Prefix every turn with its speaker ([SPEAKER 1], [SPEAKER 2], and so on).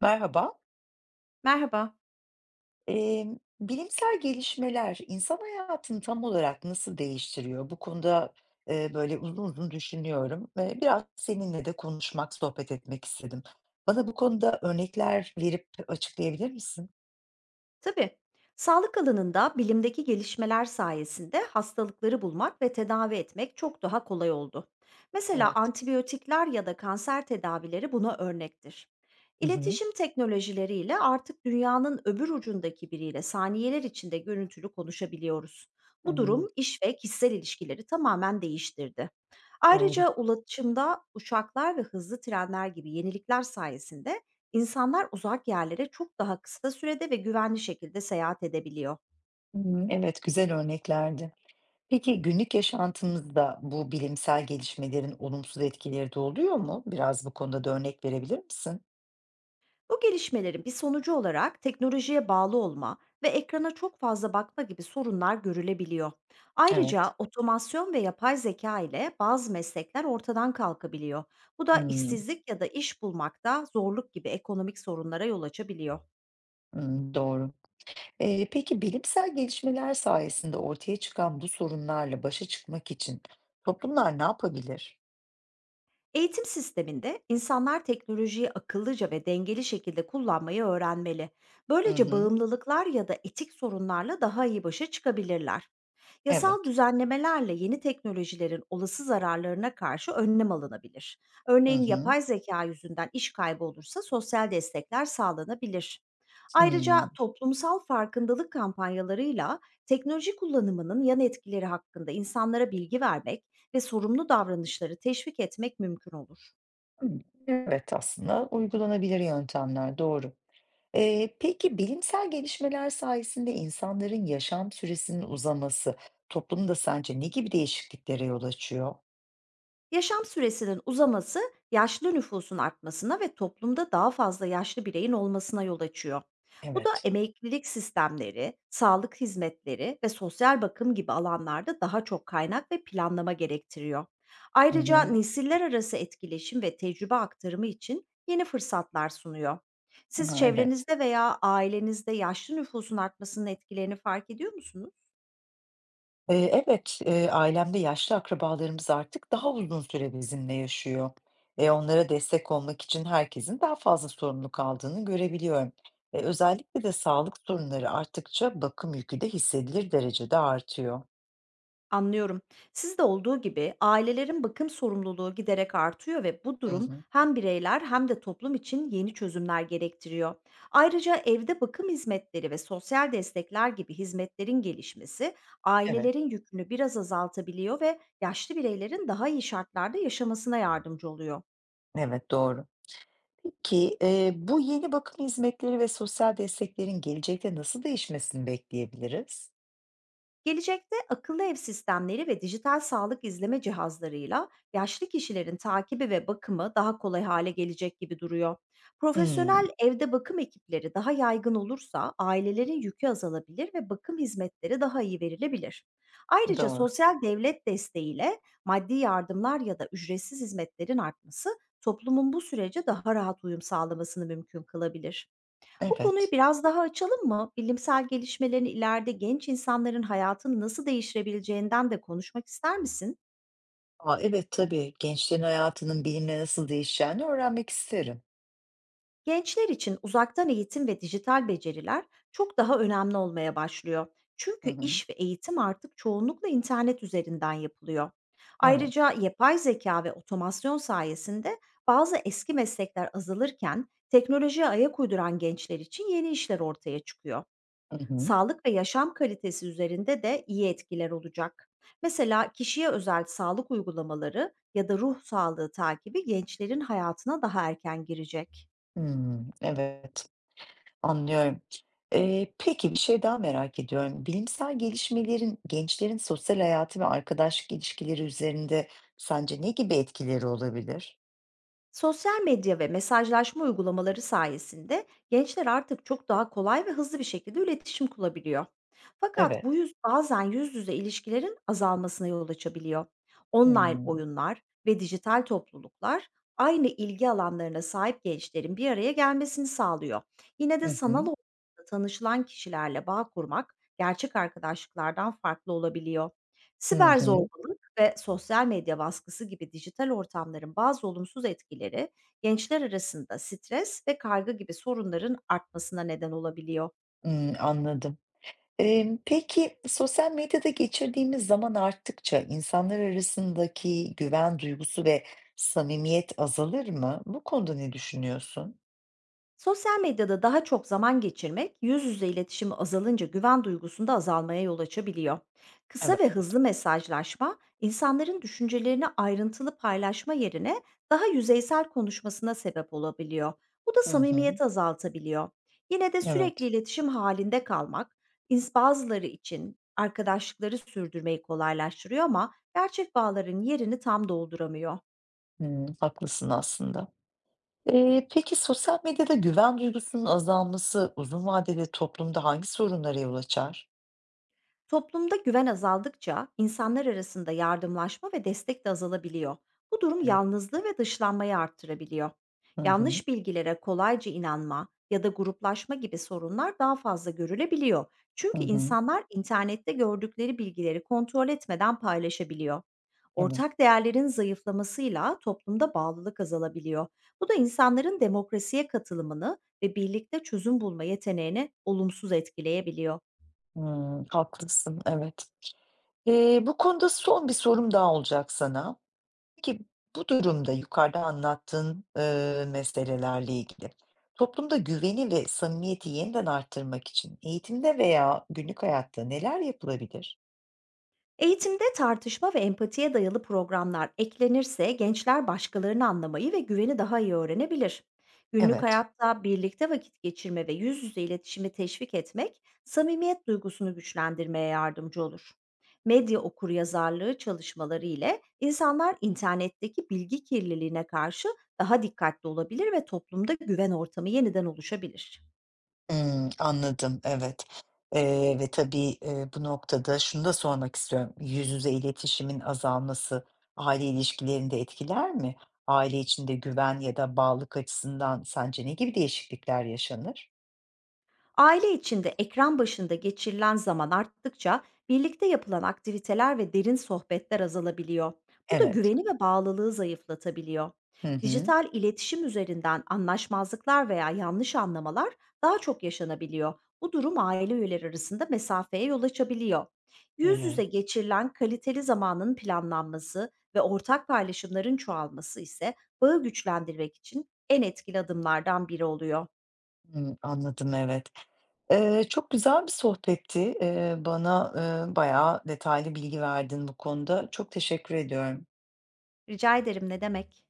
[SPEAKER 1] Merhaba.
[SPEAKER 2] Merhaba.
[SPEAKER 1] Bilimsel gelişmeler insan hayatını tam olarak nasıl değiştiriyor? Bu konuda, böyle uzun uzun düşünüyorum ve biraz seninle de konuşmak, sohbet etmek istedim. Bana bu konuda örnekler verip açıklayabilir misin?
[SPEAKER 2] Tabii. Sağlık alanında bilimdeki gelişmeler sayesinde hastalıkları bulmak ve tedavi etmek çok daha kolay oldu. Mesela
[SPEAKER 1] Evet.
[SPEAKER 2] antibiyotikler ya da kanser tedavileri buna örnektir.
[SPEAKER 1] Hı hı.
[SPEAKER 2] İletişim teknolojileriyle artık dünyanın öbür ucundaki biriyle saniyeler içinde görüntülü konuşabiliyoruz. Bu
[SPEAKER 1] Hımm,
[SPEAKER 2] durum iş ve kişisel ilişkileri tamamen değiştirdi.
[SPEAKER 1] doğru.
[SPEAKER 2] Ayrıca ulaşımda uçaklar ve hızlı trenler gibi yenilikler sayesinde İnsanlar uzak yerlere çok daha kısa sürede ve güvenli şekilde seyahat edebiliyor.
[SPEAKER 1] Hımm, evet, güzel örneklerdi. Peki günlük yaşantımızda bu bilimsel gelişmelerin olumsuz etkileri de oluyor mu? Biraz bu konuda da örnek verebilir misin?
[SPEAKER 2] Bu gelişmelerin bir sonucu olarak teknolojiye bağlı olma ve ekrana çok fazla bakma gibi sorunlar görülebiliyor. Ayrıca
[SPEAKER 1] Evet.
[SPEAKER 2] otomasyon ve yapay zeka ile bazı meslekler ortadan kalkabiliyor. Bu da
[SPEAKER 1] Hımm,
[SPEAKER 2] işsizlik ya da iş bulmakta zorluk gibi ekonomik sorunlara yol açabiliyor.
[SPEAKER 1] hımm, doğru. Peki bilimsel gelişmeler sayesinde ortaya çıkan bu sorunlarla başa çıkmak için toplumlar ne yapabilir?
[SPEAKER 2] Eğitim sisteminde insanlar teknolojiyi akıllıca ve dengeli şekilde kullanmayı öğrenmeli.
[SPEAKER 1] Hı
[SPEAKER 2] Böylece
[SPEAKER 1] hı.
[SPEAKER 2] bağımlılıklar ya da etik sorunlarla daha iyi başa çıkabilirler. Yasal
[SPEAKER 1] Evet.
[SPEAKER 2] düzenlemelerle yeni teknolojilerin olası zararlarına karşı önlem alınabilir.
[SPEAKER 1] Hı
[SPEAKER 2] Örneğin
[SPEAKER 1] hı.
[SPEAKER 2] yapay zeka yüzünden iş kaybı olursa sosyal destekler sağlanabilir. Ayrıca
[SPEAKER 1] Hımm.
[SPEAKER 2] toplumsal farkındalık kampanyalarıyla teknoloji kullanımının yan etkileri hakkında insanlara bilgi vermek ve sorumlu davranışları teşvik etmek mümkün olur.
[SPEAKER 1] Hımm. Evet, aslında uygulanabilir yöntemler, doğru. Peki bilimsel gelişmeler sayesinde insanların yaşam süresinin uzaması toplumda sence ne gibi değişikliklere yol açıyor?
[SPEAKER 2] Yaşam süresinin uzaması yaşlı nüfusun artmasına ve toplumda daha fazla yaşlı bireyin olmasına yol açıyor. Bu da
[SPEAKER 1] Evet.
[SPEAKER 2] emeklilik sistemleri, sağlık hizmetleri ve sosyal bakım gibi alanlarda daha çok kaynak ve planlama gerektiriyor.
[SPEAKER 1] Hı
[SPEAKER 2] Ayrıca
[SPEAKER 1] hı.
[SPEAKER 2] nesiller arası etkileşim ve tecrübe aktarımı için yeni fırsatlar sunuyor. Siz
[SPEAKER 1] A, evet.
[SPEAKER 2] çevrenizde veya ailenizde yaşlı nüfusun artmasının etkilerini fark ediyor musunuz?
[SPEAKER 1] Evet, ailemde yaşlı akrabalarımız artık daha uzun süre bizimle yaşıyor. Onlara destek olmak için herkesin daha fazla sorumluluk aldığını görebiliyorum. Özellikle de sağlık sorunları arttıkça bakım yükü de hissedilir derecede artıyor.
[SPEAKER 2] Anlıyorum. Sizde olduğu gibi ailelerin bakım sorumluluğu giderek artıyor ve bu
[SPEAKER 1] Hı
[SPEAKER 2] durum
[SPEAKER 1] hı.
[SPEAKER 2] hem bireyler hem de toplum için yeni çözümler gerektiriyor. Ayrıca evde bakım hizmetleri ve sosyal destekler gibi hizmetlerin gelişmesi
[SPEAKER 1] Evet,
[SPEAKER 2] ailelerin yükünü biraz azaltabiliyor ve yaşlı bireylerin daha iyi şartlarda yaşamasına yardımcı oluyor.
[SPEAKER 1] evet doğru. Peki, bu yeni bakım hizmetleri ve sosyal desteklerin gelecekte nasıl değişmesini bekleyebiliriz?
[SPEAKER 2] Gelecekte akıllı ev sistemleri ve dijital sağlık izleme cihazlarıyla yaşlı kişilerin takibi ve bakımı daha kolay hale gelecek gibi duruyor.
[SPEAKER 1] Hımm,
[SPEAKER 2] Profesyonel evde bakım ekipleri daha yaygın olursa ailelerin yükü azalabilir ve bakım hizmetleri daha iyi verilebilir. Ayrıca
[SPEAKER 1] doğru.
[SPEAKER 2] sosyal devlet desteğiyle maddi yardımlar ya da ücretsiz hizmetlerin artması toplumun bu sürece daha rahat uyum sağlamasını mümkün kılabilir. Bu konuyu
[SPEAKER 1] Evet.
[SPEAKER 2] biraz daha açalım mı? Bilimsel gelişmelerin ileride genç insanların hayatını nasıl değiştirebileceğinden de konuşmak ister misin?
[SPEAKER 1] A, evet tabii. Gençlerin hayatının benimle nasıl değişeceğini öğrenmek isterim.
[SPEAKER 2] Gençler için uzaktan eğitim ve dijital beceriler çok daha önemli olmaya başlıyor.
[SPEAKER 1] Hı
[SPEAKER 2] Çünkü
[SPEAKER 1] hı.
[SPEAKER 2] iş ve eğitim artık çoğunlukla internet üzerinden yapılıyor.
[SPEAKER 1] Evet.
[SPEAKER 2] Ayrıca yapay zeka ve otomasyon sayesinde bazı eski meslekler azalırken teknolojiye ayak uyduran gençler için yeni işler ortaya çıkıyor.
[SPEAKER 1] Hı hı.
[SPEAKER 2] Sağlık ve yaşam kalitesi üzerinde de iyi etkiler olacak. Mesela kişiye özel sağlık uygulamaları ya da ruh sağlığı takibi gençlerin hayatına daha erken girecek.
[SPEAKER 1] Hımm. Evet, anlıyorum. Peki bir şey daha merak ediyorum. Bilimsel gelişmelerin gençlerin sosyal hayatı ve arkadaşlık ilişkileri üzerinde sence ne gibi etkileri olabilir?
[SPEAKER 2] Sosyal medya ve mesajlaşma uygulamaları sayesinde gençler artık çok daha kolay ve hızlı bir şekilde iletişim kurabiliyor. Fakat bu
[SPEAKER 1] Evet.
[SPEAKER 2] yüz bazen yüz yüze ilişkilerin azalmasına yol açabiliyor. Online
[SPEAKER 1] Hımm.
[SPEAKER 2] oyunlar ve dijital topluluklar aynı ilgi alanlarına sahip gençlerin bir araya gelmesini sağlıyor. Yine de
[SPEAKER 1] Hı
[SPEAKER 2] sanal
[SPEAKER 1] hı.
[SPEAKER 2] ortamda tanışılan kişilerle bağ kurmak gerçek arkadaşlıklardan farklı olabiliyor.
[SPEAKER 1] Hı
[SPEAKER 2] Siber
[SPEAKER 1] hı.
[SPEAKER 2] zorbalık ve sosyal medya baskısı gibi dijital ortamların bazı olumsuz etkileri gençler arasında stres ve kaygı gibi sorunların artmasına neden olabiliyor.
[SPEAKER 1] Hımm, anladım. Peki sosyal medyada geçirdiğimiz zaman arttıkça insanlar arasındaki güven duygusu ve samimiyet azalır mı? Bu konuda ne düşünüyorsun?
[SPEAKER 2] Sosyal medyada daha çok zaman geçirmek, yüz yüze iletişimi azalınca güven duygusunda azalmaya yol açabiliyor. Kısa
[SPEAKER 1] Evet.
[SPEAKER 2] ve hızlı mesajlaşma, insanların düşüncelerini ayrıntılı paylaşma yerine daha yüzeysel konuşmasına sebep olabiliyor. Bu da
[SPEAKER 1] Hı hı.
[SPEAKER 2] samimiyeti azaltabiliyor. Yine de sürekli
[SPEAKER 1] Evet.
[SPEAKER 2] iletişim halinde kalmak, bazıları için arkadaşlıkları sürdürmeyi kolaylaştırıyor ama gerçek bağların yerini tam dolduramıyor.
[SPEAKER 1] Hımm, haklısın aslında. Peki sosyal medyada güven duygusunun azalması uzun vadede toplumda hangi sorunlara yol açar?
[SPEAKER 2] Toplumda güven azaldıkça insanlar arasında yardımlaşma ve destek de azalabiliyor. Bu durum
[SPEAKER 1] Evet.
[SPEAKER 2] yalnızlığı ve dışlanmayı arttırabiliyor.
[SPEAKER 1] Hı hı.
[SPEAKER 2] Yanlış bilgilere kolayca inanma ya da gruplaşma gibi sorunlar daha fazla görülebiliyor.
[SPEAKER 1] Hı
[SPEAKER 2] Çünkü
[SPEAKER 1] hı.
[SPEAKER 2] insanlar internette gördükleri bilgileri kontrol etmeden paylaşabiliyor.
[SPEAKER 1] Evet.
[SPEAKER 2] Ortak değerlerin zayıflamasıyla toplumda bağlılık azalabiliyor. Bu da insanların demokrasiye katılımını ve birlikte çözüm bulma yeteneğini olumsuz etkileyebiliyor.
[SPEAKER 1] Hımm, haklısın, evet. Bu konuda son bir sorum daha olacak sana. Peki bu durumda yukarıda anlattığın, meselelerle ilgili toplumda güveni ve samimiyeti yeniden arttırmak için eğitimde veya günlük hayatta neler yapılabilir?
[SPEAKER 2] Eğitimde tartışma ve empatiye dayalı programlar eklenirse gençler başkalarını anlamayı ve güveni daha iyi öğrenebilir. Günlük
[SPEAKER 1] Evet.
[SPEAKER 2] hayatta birlikte vakit geçirme ve yüz yüze iletişimi teşvik etmek samimiyet duygusunu güçlendirmeye yardımcı olur. Medya okuryazarlığı çalışmaları ile insanlar internetteki bilgi kirliliğine karşı daha dikkatli olabilir ve toplumda güven ortamı yeniden oluşabilir.
[SPEAKER 1] Hımm, anladım, evet. Ve tabii, bu noktada şunu da sormak istiyorum. Yüz yüze iletişimin azalması aile ilişkilerini de etkiler mi? Aile içinde güven ya da bağlılık açısından sence ne gibi değişiklikler yaşanır?
[SPEAKER 2] Aile içinde ekran başında geçirilen zaman arttıkça birlikte yapılan aktiviteler ve derin sohbetler azalabiliyor. Bu da
[SPEAKER 1] Evet.
[SPEAKER 2] güveni ve bağlılığı zayıflatabiliyor.
[SPEAKER 1] Hı hı.
[SPEAKER 2] Dijital iletişim üzerinden anlaşmazlıklar veya yanlış anlamalar daha çok yaşanabiliyor. Bu durum aile üyeleri arasında mesafeye yol açabiliyor. Yüz yüze
[SPEAKER 1] Evet.
[SPEAKER 2] geçirilen kaliteli zamanın planlanması ve ortak paylaşımların çoğalması ise bağı güçlendirmek için en etkili adımlardan biri oluyor.
[SPEAKER 1] Hımm, anladım, evet. Çok güzel bir sohbetti. Bana, bayağı detaylı bilgi verdin bu konuda. Çok teşekkür ediyorum.
[SPEAKER 2] Rica ederim, ne demek?